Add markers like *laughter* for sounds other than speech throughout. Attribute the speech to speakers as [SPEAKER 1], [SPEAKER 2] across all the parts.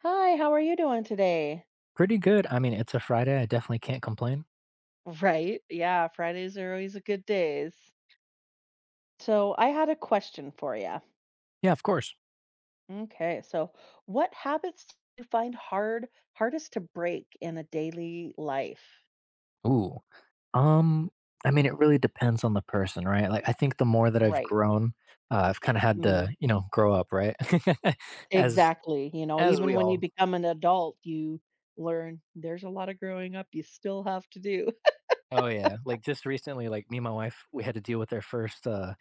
[SPEAKER 1] Hi, how are you doing today?
[SPEAKER 2] Pretty good. I mean, it's a Friday. I definitely can't complain.
[SPEAKER 1] Right. Yeah, Fridays are always a good days. So, I had a question for you.
[SPEAKER 2] Yeah, of course.
[SPEAKER 1] Okay, so what habits do you find hardest to break in a daily life?
[SPEAKER 2] Ooh. Um, I mean, it really depends on the person, right? Like, I think the more that I've
[SPEAKER 1] Right.
[SPEAKER 2] grown, I've kind of had
[SPEAKER 1] Mm,
[SPEAKER 2] to, you know, grow up, right? *laughs* as
[SPEAKER 1] exactly. You know, even
[SPEAKER 2] we
[SPEAKER 1] when you
[SPEAKER 2] all.
[SPEAKER 1] become an adult, you learn there's a lot of growing up you still have to do. *laughs*
[SPEAKER 2] Oh yeah. Like just recently, like me and my wife, we had to deal with our first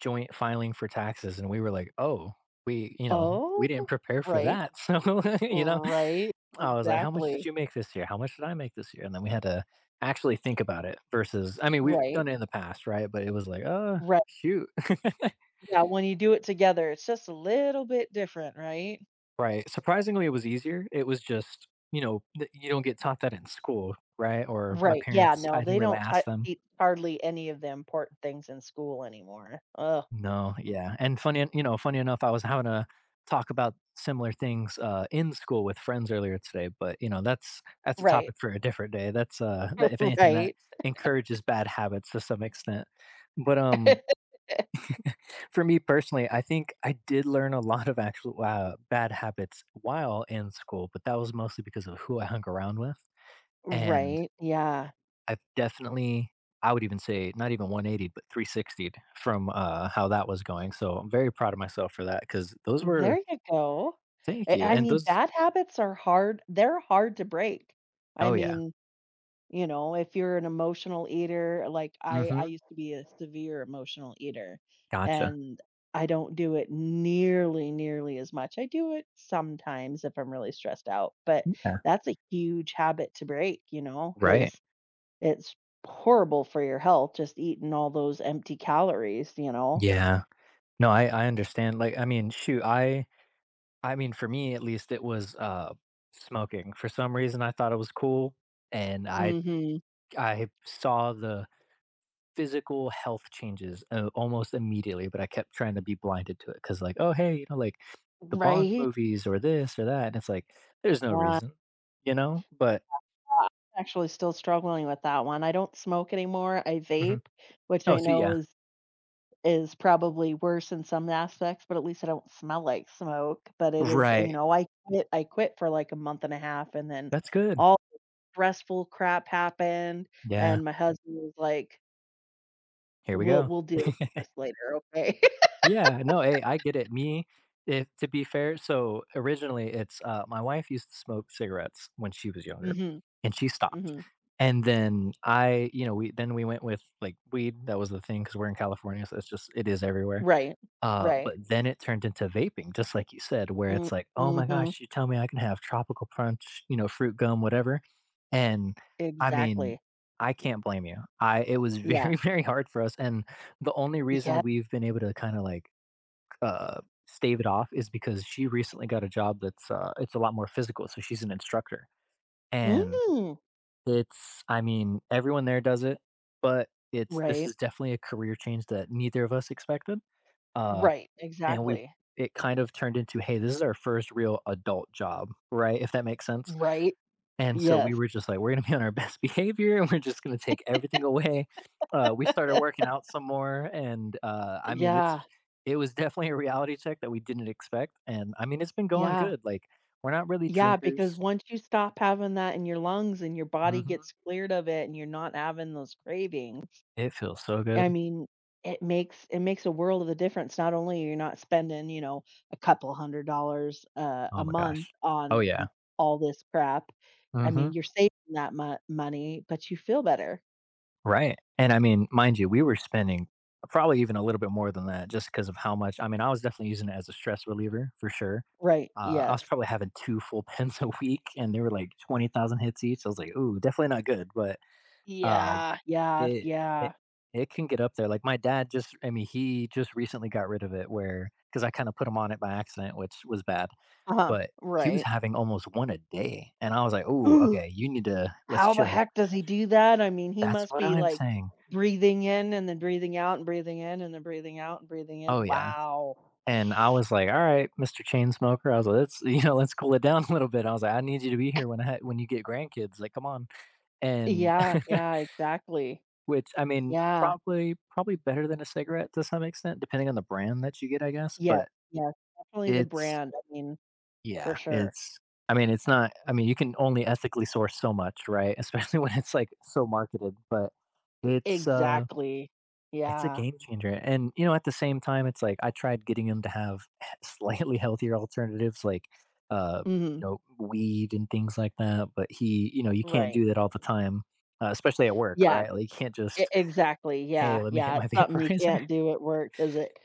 [SPEAKER 2] joint filing for taxes, and we were like, oh, we, you know, we
[SPEAKER 1] Oh,
[SPEAKER 2] didn't prepare for
[SPEAKER 1] right.
[SPEAKER 2] that, *laughs* so *laughs* you know,
[SPEAKER 1] Right.
[SPEAKER 2] I was like, "How much did
[SPEAKER 1] Exactly.
[SPEAKER 2] you make this year? How much did I make this year?" And then we had to actually think about it versus I mean, we've
[SPEAKER 1] Right.
[SPEAKER 2] done it in the past, right? But it was like, "Oh,
[SPEAKER 1] Right.
[SPEAKER 2] shoot." *laughs*
[SPEAKER 1] Yeah, when you do it together, it's just a little bit different, right?
[SPEAKER 2] Right. Surprisingly, it was easier. It was just, you know, th you don't get taught that in school, right? Or my
[SPEAKER 1] Right. Yeah.
[SPEAKER 2] parents, I
[SPEAKER 1] No, they
[SPEAKER 2] didn't really
[SPEAKER 1] don't
[SPEAKER 2] ask them.
[SPEAKER 1] teach hardly any of the important things in school anymore. Ugh.
[SPEAKER 2] No, yeah, and funny en you know, funny enough, I was having a talk about similar things, in school with friends earlier today, but, you know, that's a
[SPEAKER 1] Right,
[SPEAKER 2] topic for a different day. That's, that if anything, that
[SPEAKER 1] right,
[SPEAKER 2] encourages bad habits to some extent. But for me personally, I think I did learn a lot of actual, bad habits while in school, but that was mostly because of who I hung around with, and
[SPEAKER 1] right. Yeah,
[SPEAKER 2] I've definitely I would even say not even 180 but 360'd from, how that was going, so I'm very proud of myself for that because those
[SPEAKER 1] there
[SPEAKER 2] were
[SPEAKER 1] you go.
[SPEAKER 2] Thank
[SPEAKER 1] I
[SPEAKER 2] you,
[SPEAKER 1] I
[SPEAKER 2] and
[SPEAKER 1] mean,
[SPEAKER 2] those
[SPEAKER 1] bad habits are hard. They're hard to break. I
[SPEAKER 2] Oh, yeah.
[SPEAKER 1] mean, you know, if you're an emotional eater, like I
[SPEAKER 2] Mhm.
[SPEAKER 1] used to be a severe emotional eater,
[SPEAKER 2] Gotcha.
[SPEAKER 1] and I don't do it nearly as much. I do it sometimes if I'm really stressed out, but
[SPEAKER 2] Yeah.
[SPEAKER 1] that's a huge habit to break, you know,
[SPEAKER 2] Right.
[SPEAKER 1] cuz it's horrible for your health just eating all those empty calories, you know.
[SPEAKER 2] Yeah. No, I understand, like, I mean, shoot, I mean, for me, at least, it was, smoking. For some reason, I thought it was cool, and I
[SPEAKER 1] Mhm.
[SPEAKER 2] I saw the physical health changes almost immediately, but I kept trying to be blinded to it because, like, oh, hey, you know, like the Bond
[SPEAKER 1] Right?
[SPEAKER 2] movies or this or that. And it's like, there's no
[SPEAKER 1] Yeah.
[SPEAKER 2] reason, you know? But
[SPEAKER 1] Actually still struggling with that one. I don't smoke anymore. I
[SPEAKER 2] mhm.
[SPEAKER 1] vape, which
[SPEAKER 2] Oh,
[SPEAKER 1] I
[SPEAKER 2] so
[SPEAKER 1] know
[SPEAKER 2] yeah,
[SPEAKER 1] is probably worse in some aspects, but at least I don't smell like smoke, but it is, you
[SPEAKER 2] right.
[SPEAKER 1] know, I quit for, like, a month and a half, and then
[SPEAKER 2] That's good.
[SPEAKER 1] all stressful crap happened,
[SPEAKER 2] Yeah.
[SPEAKER 1] and my husband was like,
[SPEAKER 2] Here we
[SPEAKER 1] "We'll
[SPEAKER 2] go.
[SPEAKER 1] we'll deal with this later, okay?" *laughs*
[SPEAKER 2] Yeah. No, hey, I get it. Me, if to be fair, so originally it's my wife used to smoke cigarettes when she was younger
[SPEAKER 1] Mhm,
[SPEAKER 2] and she stopped.
[SPEAKER 1] mhm.
[SPEAKER 2] And then I, you know, we then we went with like weed. That was the thing because we're in California, so it's just it is everywhere.
[SPEAKER 1] Right, right.
[SPEAKER 2] But then it turned into vaping, just like you said, where
[SPEAKER 1] Mm
[SPEAKER 2] it's like, oh my
[SPEAKER 1] mhm,
[SPEAKER 2] gosh, you tell me I can have tropical punch, you know, fruit gum, whatever. And I mean,
[SPEAKER 1] exactly.
[SPEAKER 2] I can't blame you. I it was
[SPEAKER 1] Yeah.
[SPEAKER 2] very, *laughs* very hard for us. And the only
[SPEAKER 1] Yeah.
[SPEAKER 2] reason we've been able to kind of like uh stave it off is because she recently got a job that's it's a lot more physical. So she's an instructor. And
[SPEAKER 1] Mm,
[SPEAKER 2] it's I mean, everyone there does it, but it's this
[SPEAKER 1] right,
[SPEAKER 2] is definitely a career change that neither of us expected. Uh,
[SPEAKER 1] right,
[SPEAKER 2] and we
[SPEAKER 1] exactly.
[SPEAKER 2] it kind of turned into, "Hey, this is our first real adult job," right? If that makes sense.
[SPEAKER 1] Right?
[SPEAKER 2] And so we
[SPEAKER 1] Yes.
[SPEAKER 2] were just like, "We're gonna be on our *laughs* best behavior, and we're just gonna take everything away." We started
[SPEAKER 1] *laughs*
[SPEAKER 2] working out some more, and I mean,
[SPEAKER 1] Yeah,
[SPEAKER 2] it's it was definitely a reality check that we didn't expect, and I mean, it's been going
[SPEAKER 1] yeah.
[SPEAKER 2] good. Like, we're not really
[SPEAKER 1] Yeah, because
[SPEAKER 2] drinkers.
[SPEAKER 1] once you stop having that in your lungs and your body
[SPEAKER 2] Mhm.
[SPEAKER 1] gets cleared of it and you're not having those cravings,
[SPEAKER 2] It feels so good.
[SPEAKER 1] I mean, it makes a world of a difference. Not only you're not spending, you know, a couple $100 a
[SPEAKER 2] Oh my
[SPEAKER 1] month
[SPEAKER 2] gosh. Oh
[SPEAKER 1] on
[SPEAKER 2] yeah.
[SPEAKER 1] all this crap. I mean,
[SPEAKER 2] Mhm.
[SPEAKER 1] you're saving that money, but you feel better.
[SPEAKER 2] Right, and I mean, mind you, we were spending probably even a little bit more than that just because of how much I mean, I was definitely using it as a stress reliever for sure.
[SPEAKER 1] Right.
[SPEAKER 2] I was
[SPEAKER 1] Yes.
[SPEAKER 2] probably having 2 full *laughs* pens a week, and they were like 20,000 hits each. I was like, "Ooh, definitely not good," but, uh,
[SPEAKER 1] Yeah. Yeah.
[SPEAKER 2] it it
[SPEAKER 1] Yeah.
[SPEAKER 2] it can get up there. Like, my dad just I mean, he just recently got rid of it where because I kinda put him on it by accident, which was bad,
[SPEAKER 1] Uh-huh.
[SPEAKER 2] but he was
[SPEAKER 1] Right.
[SPEAKER 2] having almost 1 a day, and I was like, "Ooh, okay, you need
[SPEAKER 1] *gasps*
[SPEAKER 2] to let's
[SPEAKER 1] How the
[SPEAKER 2] chill."
[SPEAKER 1] heck does he do that? I mean, he
[SPEAKER 2] That's
[SPEAKER 1] must
[SPEAKER 2] what
[SPEAKER 1] be,
[SPEAKER 2] I'm
[SPEAKER 1] like,
[SPEAKER 2] saying.
[SPEAKER 1] breathing in and then breathing out and breathing in and then breathing out and breathing in.
[SPEAKER 2] Oh, yeah.
[SPEAKER 1] Wow.
[SPEAKER 2] And I was like, "All right, Mr. Chainsmoker." I was like, "Let's, *laughs* you know, let's cool it down *laughs* a little bit." I was like, "I need you to be here when when you get grandkids. Like, come on." And
[SPEAKER 1] Yeah,
[SPEAKER 2] *laughs*
[SPEAKER 1] yeah, exactly.
[SPEAKER 2] which I mean,
[SPEAKER 1] Yeah.
[SPEAKER 2] probably better than a cigarette to some extent, depending on the brand that you get, I guess.
[SPEAKER 1] Yes,
[SPEAKER 2] But
[SPEAKER 1] yes, definitely the
[SPEAKER 2] it's
[SPEAKER 1] brand, I mean, for
[SPEAKER 2] yeah,
[SPEAKER 1] sure.
[SPEAKER 2] it's I mean, it's not I mean, you can only ethically source so much, right? *laughs* Especially when it's like so marketed, but it's
[SPEAKER 1] Exactly.
[SPEAKER 2] It's a
[SPEAKER 1] Yeah.
[SPEAKER 2] game changer, and, you know, at the same time, it's like I tried getting him to have *laughs* slightly healthier alternatives like, uh,
[SPEAKER 1] Mhm.
[SPEAKER 2] you know, weed and things like that, but he you know, you can't
[SPEAKER 1] Right.
[SPEAKER 2] do that all the time, especially at work,
[SPEAKER 1] Yeah.
[SPEAKER 2] right? Like, you can't
[SPEAKER 1] E
[SPEAKER 2] just,
[SPEAKER 1] Exactly,
[SPEAKER 2] "Hey,
[SPEAKER 1] yeah,
[SPEAKER 2] let me hit
[SPEAKER 1] yeah, it's
[SPEAKER 2] my *laughs*
[SPEAKER 1] something you
[SPEAKER 2] vaporizer."
[SPEAKER 1] can't do at work because it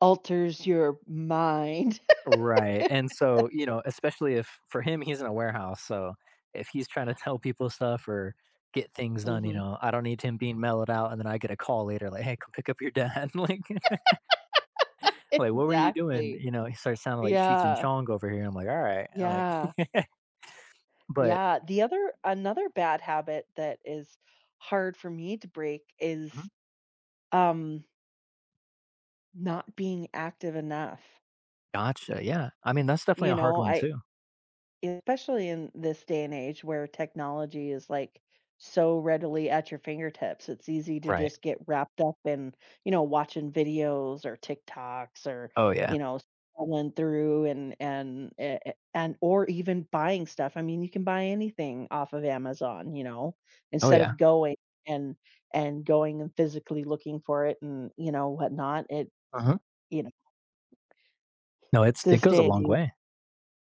[SPEAKER 1] alters your mind. *laughs*
[SPEAKER 2] Right, and so, you know, especially if for him, he's in a warehouse, so if he's trying to tell people stuff or get things done, you
[SPEAKER 1] Mhm.
[SPEAKER 2] know, I don't need him being mellowed out, and then I get a call later like, "Hey, come pick up your dad," *laughs*
[SPEAKER 1] *laughs*
[SPEAKER 2] like, "What were you doing?"
[SPEAKER 1] Exactly.
[SPEAKER 2] You know, he starts sounding like Cheech and
[SPEAKER 1] Yeah,
[SPEAKER 2] Chong over here. I'm like, "All right." I'm
[SPEAKER 1] yeah.
[SPEAKER 2] like *laughs* but
[SPEAKER 1] Yeah, the other another bad habit that is hard for me to break is
[SPEAKER 2] Mhm.
[SPEAKER 1] um not being active enough.
[SPEAKER 2] Gotcha, yeah. I mean, that's definitely
[SPEAKER 1] You
[SPEAKER 2] a hard
[SPEAKER 1] know,
[SPEAKER 2] one
[SPEAKER 1] I
[SPEAKER 2] too.
[SPEAKER 1] especially in this day and age where technology is like so readily at your fingertips. It's easy to
[SPEAKER 2] Right.
[SPEAKER 1] just get wrapped up in, you know, watching videos or TikToks or,
[SPEAKER 2] Oh, yeah.
[SPEAKER 1] you know, scrolling through and or even buying stuff. I mean, you can buy anything off of Amazon, you know,
[SPEAKER 2] Oh,
[SPEAKER 1] instead
[SPEAKER 2] yeah.
[SPEAKER 1] of going and and physically looking for it and, you know, whatnot. It,
[SPEAKER 2] Mhm.
[SPEAKER 1] you know,
[SPEAKER 2] No, it's it
[SPEAKER 1] this
[SPEAKER 2] goes a
[SPEAKER 1] day and
[SPEAKER 2] long
[SPEAKER 1] age.
[SPEAKER 2] way.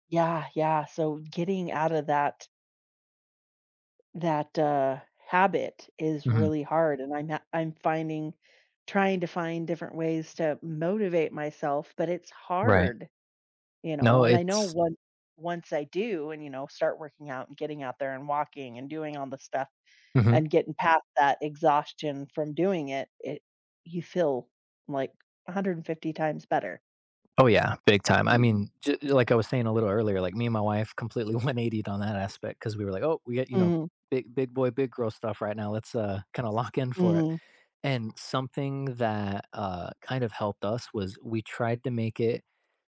[SPEAKER 1] Yeah, yeah. So getting out of that habit is
[SPEAKER 2] Mhm.
[SPEAKER 1] really hard, and I'm finding, trying to find different ways to motivate myself, but it's
[SPEAKER 2] Right.
[SPEAKER 1] hard, you know,
[SPEAKER 2] No,
[SPEAKER 1] and I know
[SPEAKER 2] it's
[SPEAKER 1] once I do and, you know, start working out and getting out there and walking and doing all the stuff
[SPEAKER 2] Mhm.
[SPEAKER 1] and getting past that exhaustion from doing it, it you feel like 150 times better.
[SPEAKER 2] Oh, yeah, big time. I
[SPEAKER 1] Mhm.
[SPEAKER 2] mean, j like I was saying a little earlier, like, me and my wife completely *laughs* 180'd on that aspect because we were like, "Oh, we get you know,
[SPEAKER 1] Mhm,
[SPEAKER 2] big big boy, big girl stuff right now. Let's, kinda lock in for it."
[SPEAKER 1] mhm,
[SPEAKER 2] And something that, kind of helped us was we tried to make it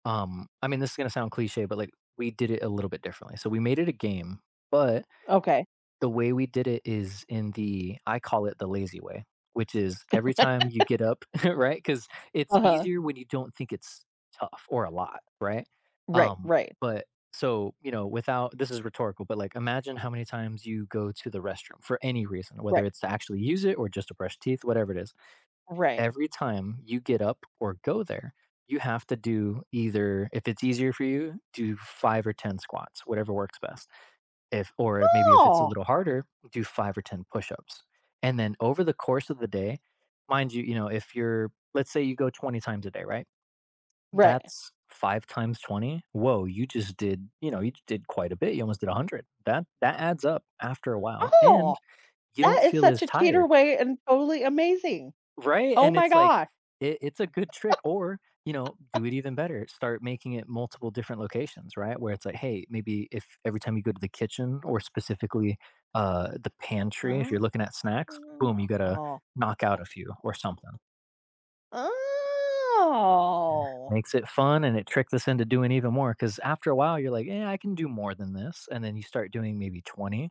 [SPEAKER 2] I mean, this is gonna sound cliche, but like we did it a little bit differently. So we made it a game, but
[SPEAKER 1] okay,
[SPEAKER 2] the way we did it is in the I call it the lazy way, which is every time you get up, *laughs* right? Because it's
[SPEAKER 1] uh-huh.
[SPEAKER 2] easier when you don't think it's tough or a lot, right?
[SPEAKER 1] Right,
[SPEAKER 2] Um,
[SPEAKER 1] right,
[SPEAKER 2] but so you know, without this is rhetorical, but like imagine how many times you go to the restroom for any reason, whether
[SPEAKER 1] right,
[SPEAKER 2] it's to actually use it or just to brush teeth, whatever it is
[SPEAKER 1] right.
[SPEAKER 2] every time you get up or go there, you have to do either if it's easier for you, do 5 or 10 squats, whatever works best. If or maybe if it's a
[SPEAKER 1] Oh!
[SPEAKER 2] little harder, do 5 or 10 push-ups. And then over the course of the day, mind you, you know, if you're let's say you go 20 times a day, right?
[SPEAKER 1] Right.
[SPEAKER 2] That's 5 times 20. Whoa, you just did, you know, you did quite a bit. You almost did 100. That adds up after a while
[SPEAKER 1] Oh!
[SPEAKER 2] and you
[SPEAKER 1] That
[SPEAKER 2] don't
[SPEAKER 1] is
[SPEAKER 2] feel
[SPEAKER 1] such
[SPEAKER 2] as
[SPEAKER 1] a cheater
[SPEAKER 2] tired.
[SPEAKER 1] way and totally amazing.
[SPEAKER 2] Right?
[SPEAKER 1] Oh
[SPEAKER 2] And
[SPEAKER 1] my
[SPEAKER 2] it's like,
[SPEAKER 1] gosh.
[SPEAKER 2] it's a good trick. Or, you know, do it even better. Start making it multiple different locations, right? Where it's like, hey, maybe if every time you go to the kitchen or specifically the pantry, if you're
[SPEAKER 1] Oh.
[SPEAKER 2] looking at snacks, boom, you got to
[SPEAKER 1] Oh.
[SPEAKER 2] knock out a few or something. Yeah. Makes it fun and it tricks us into doing even more. Cause after a while, you're like, yeah, I can do more than this. And then you start doing maybe 20,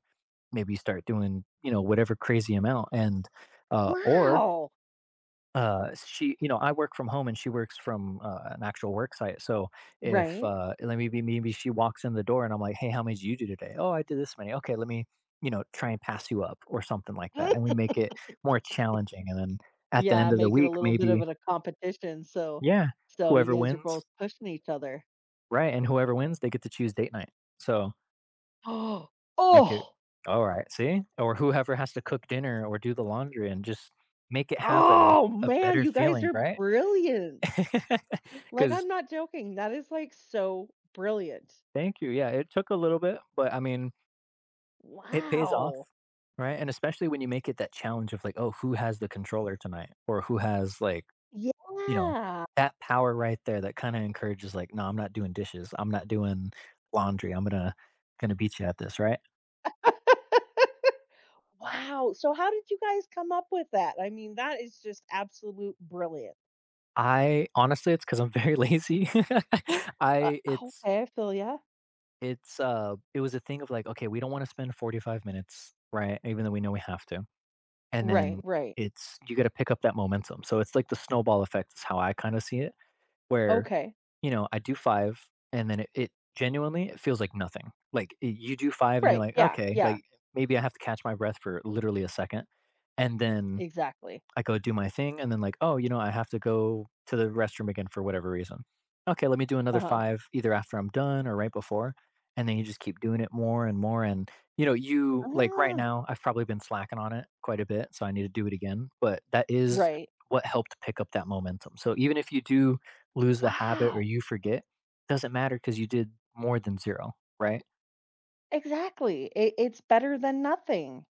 [SPEAKER 2] maybe you start doing, you know, whatever crazy amount. And, or
[SPEAKER 1] Wow.
[SPEAKER 2] She, you know, I work from home and she works from an actual work site. So if
[SPEAKER 1] Right?
[SPEAKER 2] let me be, maybe she walks in the door and I'm like, hey, how many did you do today? Oh, I did this many. Okay, let me, you know, try and pass you up or something like that. And we
[SPEAKER 1] *laughs*
[SPEAKER 2] make it more challenging. And then at the
[SPEAKER 1] Yeah,
[SPEAKER 2] end of the
[SPEAKER 1] make it a
[SPEAKER 2] week,
[SPEAKER 1] little bit of
[SPEAKER 2] maybe,
[SPEAKER 1] a competition, so
[SPEAKER 2] yeah,
[SPEAKER 1] so you
[SPEAKER 2] whoever
[SPEAKER 1] guys are both
[SPEAKER 2] wins,
[SPEAKER 1] pushing each other.
[SPEAKER 2] right? And whoever wins, they get to choose date night. So
[SPEAKER 1] *gasps* Oh.
[SPEAKER 2] make it
[SPEAKER 1] Oh.
[SPEAKER 2] all right. See, or whoever has to cook dinner or do the laundry and just make it have a
[SPEAKER 1] Oh,
[SPEAKER 2] a
[SPEAKER 1] man,
[SPEAKER 2] better
[SPEAKER 1] you guys
[SPEAKER 2] feeling,
[SPEAKER 1] are
[SPEAKER 2] right? *laughs*
[SPEAKER 1] brilliant. Like, I'm
[SPEAKER 2] Because
[SPEAKER 1] not joking. That is, like, so brilliant.
[SPEAKER 2] Thank you. Yeah, it took a little bit, but I mean, it pays off,
[SPEAKER 1] Wow.
[SPEAKER 2] right? And especially when you make it that challenge of like, oh, who has the controller tonight? Or who has like, you know,
[SPEAKER 1] Yeah.
[SPEAKER 2] that power right there that kind of encourages like, no, I'm not doing dishes. I'm not doing laundry. I'm gonna beat you at this, right?
[SPEAKER 1] *laughs* Wow, so how did you guys come up with that? I mean, that is just absolute brilliant.
[SPEAKER 2] I Honestly, it's because I'm very *laughs* lazy. *laughs*
[SPEAKER 1] Uh,
[SPEAKER 2] I
[SPEAKER 1] okay, I feel ya.
[SPEAKER 2] it's It was a thing of like, okay, we don't want to spend 45 minutes, right? Even though we know we have to. And
[SPEAKER 1] Right,
[SPEAKER 2] then
[SPEAKER 1] right.
[SPEAKER 2] it's you gotta pick up that momentum. So it's like the snowball effect is how I kinda see it, where,
[SPEAKER 1] Okay.
[SPEAKER 2] I do 5, and then it genuinely, it feels like nothing. Like, y you do 5 and you're
[SPEAKER 1] Right,
[SPEAKER 2] like,
[SPEAKER 1] yeah,
[SPEAKER 2] "Okay,"
[SPEAKER 1] yeah,
[SPEAKER 2] like, maybe I have to catch my breath for literally a second, and then
[SPEAKER 1] exactly.
[SPEAKER 2] I go do my thing, and then like, "Oh, you know, I have to go to the restroom again for whatever reason." Okay, let me do another
[SPEAKER 1] Uh-huh.
[SPEAKER 2] 5 either after I'm done or right before, and then you just keep doing it more and more, and, right
[SPEAKER 1] Ah.
[SPEAKER 2] now, I've probably been slacking on it quite a bit, so I need to do it again, but that is
[SPEAKER 1] Right.
[SPEAKER 2] what helped pick up that momentum, so even if you do lose the habit or
[SPEAKER 1] Wow.
[SPEAKER 2] you forget, doesn't matter because you did more than 0, right?
[SPEAKER 1] Exactly, it it's better than nothing.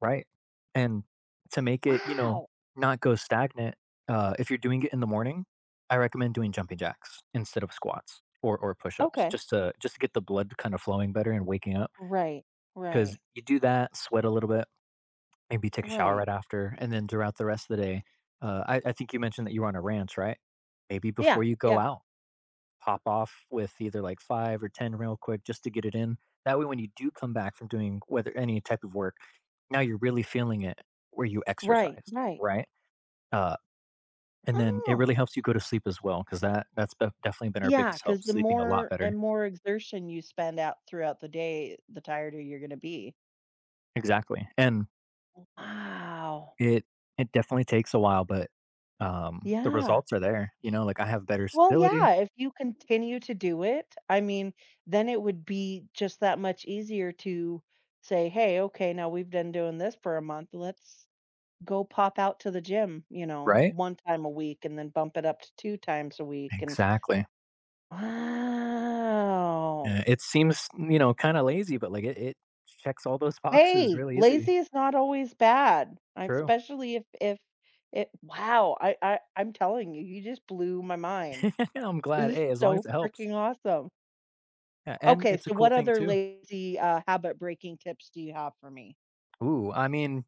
[SPEAKER 2] Right. And to make it,
[SPEAKER 1] Wow.
[SPEAKER 2] not go stagnant. If you're doing it in the morning, I recommend doing jumping jacks instead of squats or push-ups,
[SPEAKER 1] Okay.
[SPEAKER 2] just to get the blood kind of flowing better and waking up.
[SPEAKER 1] Right,
[SPEAKER 2] Because
[SPEAKER 1] right,
[SPEAKER 2] you do that, sweat a little bit, maybe take a shower
[SPEAKER 1] right.
[SPEAKER 2] right after, and then throughout the rest of the day, I think you mentioned that you were on a ranch, right? Maybe
[SPEAKER 1] Yeah,
[SPEAKER 2] before you go
[SPEAKER 1] yeah,
[SPEAKER 2] out, pop off with either like 5 or 10 real quick just to get it in. That way, when you do come back from doing whether any type of work, now you're really feeling it where you
[SPEAKER 1] right,
[SPEAKER 2] exercised,
[SPEAKER 1] right.
[SPEAKER 2] right? Uh, and then it
[SPEAKER 1] Oh.
[SPEAKER 2] really helps you go to sleep as well because that's definitely been our
[SPEAKER 1] Yeah.
[SPEAKER 2] biggest
[SPEAKER 1] Because
[SPEAKER 2] help,
[SPEAKER 1] the
[SPEAKER 2] sleeping a lot
[SPEAKER 1] more
[SPEAKER 2] better.
[SPEAKER 1] and more exertion you spend out throughout the day, the tireder you're gonna be.
[SPEAKER 2] Exactly, and
[SPEAKER 1] Wow.
[SPEAKER 2] it it definitely takes a while, but the
[SPEAKER 1] Yeah.
[SPEAKER 2] results are there. Like I have better
[SPEAKER 1] Well,
[SPEAKER 2] stability,
[SPEAKER 1] yeah, if you continue to do it, I mean, then it would be just that much easier to say, "Hey, okay, now we've been doing this for a month. Let's go pop out to the gym, you know,
[SPEAKER 2] right?
[SPEAKER 1] one time a week and then bump it up to two times a week." And
[SPEAKER 2] Exactly.
[SPEAKER 1] wow.
[SPEAKER 2] Yeah, it seems kind of lazy, but like it checks all those *laughs* boxes
[SPEAKER 1] Hey,
[SPEAKER 2] really easy.
[SPEAKER 1] lazy is not always bad, I
[SPEAKER 2] True.
[SPEAKER 1] especially if it wow, I'm telling you, you just blew my mind.
[SPEAKER 2] Yeah, I'm glad.
[SPEAKER 1] This is
[SPEAKER 2] Hey, as long
[SPEAKER 1] so
[SPEAKER 2] as it helps.
[SPEAKER 1] freaking awesome.
[SPEAKER 2] Yeah, and
[SPEAKER 1] Okay,
[SPEAKER 2] it's a
[SPEAKER 1] so
[SPEAKER 2] cool
[SPEAKER 1] what
[SPEAKER 2] thing
[SPEAKER 1] other
[SPEAKER 2] too.
[SPEAKER 1] lazy, habit breaking tips do you have for me?
[SPEAKER 2] Ooh, I mean,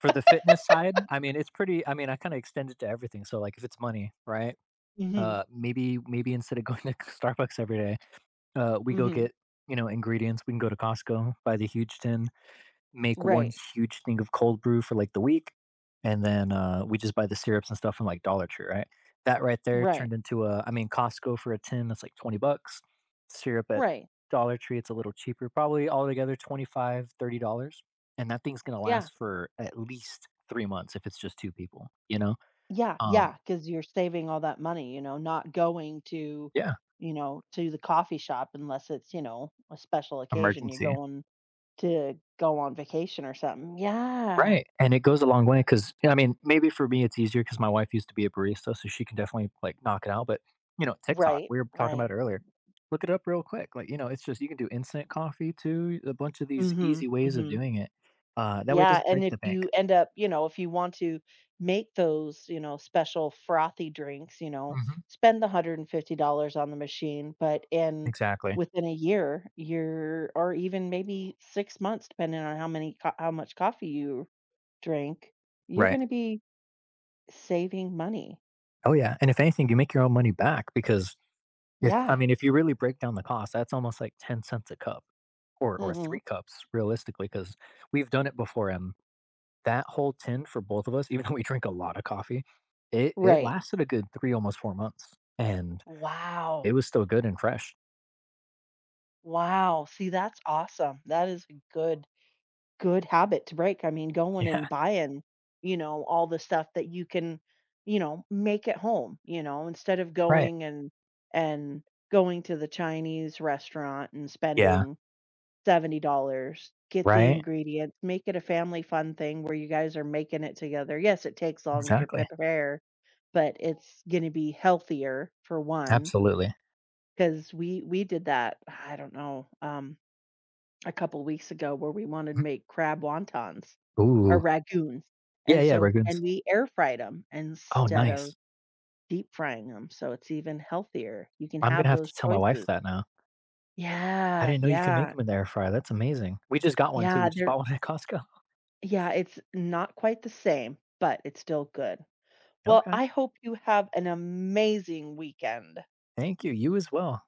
[SPEAKER 2] for the fitness side, I mean, it's pretty. I mean, I kind of extend it to everything. So, like, if it's money, right?
[SPEAKER 1] Mhm,
[SPEAKER 2] Maybe instead of going to *laughs* Starbucks every day, we go
[SPEAKER 1] mhm.
[SPEAKER 2] get ingredients. We can go to Costco, buy the huge tin, make one
[SPEAKER 1] Right,
[SPEAKER 2] huge thing of cold brew for like the week, and then we just buy the syrups and stuff from like Dollar Tree, right? That right there
[SPEAKER 1] right,
[SPEAKER 2] turned into a, I mean, Costco for a tin that's like $20. Syrup at
[SPEAKER 1] right.
[SPEAKER 2] Dollar Tree, it's a little cheaper, probably altogether 25, $30, and that thing's gonna
[SPEAKER 1] Yeah,
[SPEAKER 2] last for at least 3 months if it's just two people, you know?
[SPEAKER 1] yeah, yeah.
[SPEAKER 2] Um,
[SPEAKER 1] Because 'cause you're saving all that money, you know, not going to,
[SPEAKER 2] yeah,
[SPEAKER 1] you know, to the coffee shop unless it's, you know, a special occasion, you're
[SPEAKER 2] emergency.
[SPEAKER 1] going to go on vacation or something. Yeah,
[SPEAKER 2] Right, and it goes a long way because I mean, maybe for me, it's easier because my wife used to be a barista, so she can definitely, like, knock it out, but, TikTok,
[SPEAKER 1] right,
[SPEAKER 2] we were talking
[SPEAKER 1] right.
[SPEAKER 2] about it earlier. Look it up real quick, like, it's just you can do instant coffee too, a bunch of these
[SPEAKER 1] Mhm,
[SPEAKER 2] easy ways of
[SPEAKER 1] mhm.
[SPEAKER 2] doing it. That way it
[SPEAKER 1] Yeah,
[SPEAKER 2] doesn't
[SPEAKER 1] and
[SPEAKER 2] break
[SPEAKER 1] if
[SPEAKER 2] the bank.
[SPEAKER 1] you end up, you know, if you want to make those, you know, special frothy drinks, you know,
[SPEAKER 2] Mhm,
[SPEAKER 1] spend the $150 on the machine, but in
[SPEAKER 2] exactly,
[SPEAKER 1] within a year, you're or even maybe 6 months depending on how many co how much coffee you drink, you're
[SPEAKER 2] right.
[SPEAKER 1] gonna be saving money.
[SPEAKER 2] Oh, yeah, and if anything, you make your own money back because if I
[SPEAKER 1] Yeah.
[SPEAKER 2] mean, if you really break down the cost, that's almost like 10 cents a cup or
[SPEAKER 1] Mhm.
[SPEAKER 2] 3 cups realistically. Because 'cause we've done it before, and that whole tin for both of us, even though we drink a lot of coffee, it
[SPEAKER 1] Right.
[SPEAKER 2] lasted a good 3, almost 4 months, and
[SPEAKER 1] Wow.
[SPEAKER 2] it was still good and fresh. *laughs*
[SPEAKER 1] Wow. See, that's awesome. That is a good habit to break. I mean, going and
[SPEAKER 2] Yeah,
[SPEAKER 1] buying, you know, all the stuff that you can, you know, make at home, you know, instead of
[SPEAKER 2] right.
[SPEAKER 1] going and going to the Chinese restaurant and
[SPEAKER 2] Yeah,
[SPEAKER 1] spending $70, get the
[SPEAKER 2] right?
[SPEAKER 1] ingredients, make it a family fun thing where you guys are making it together. Yes, it takes longer to
[SPEAKER 2] Exactly.
[SPEAKER 1] prepare, but it's going to be healthier for one
[SPEAKER 2] Absolutely.
[SPEAKER 1] because we did that, I don't know, a couple weeks ago where we wanted to make crab wontons or
[SPEAKER 2] Ooh.
[SPEAKER 1] ragoons,
[SPEAKER 2] Yeah,
[SPEAKER 1] and
[SPEAKER 2] yeah,
[SPEAKER 1] so and
[SPEAKER 2] Ragoons.
[SPEAKER 1] we air fried them
[SPEAKER 2] Oh,
[SPEAKER 1] instead of
[SPEAKER 2] nice.
[SPEAKER 1] deep frying them, so it's even healthier. You can
[SPEAKER 2] I'm
[SPEAKER 1] have
[SPEAKER 2] gonna have
[SPEAKER 1] those
[SPEAKER 2] to tell my wife
[SPEAKER 1] choices.
[SPEAKER 2] that now. I
[SPEAKER 1] Yeah,
[SPEAKER 2] didn't know you can make
[SPEAKER 1] yeah,
[SPEAKER 2] them in the air fryer, that's amazing. We just got one too,
[SPEAKER 1] yeah,
[SPEAKER 2] we just
[SPEAKER 1] they're
[SPEAKER 2] bought one at Costco. *laughs*
[SPEAKER 1] yeah, it's not quite the same, but it's still good. Well,
[SPEAKER 2] Okay.
[SPEAKER 1] I hope you have an amazing weekend.
[SPEAKER 2] Thank you, you as well.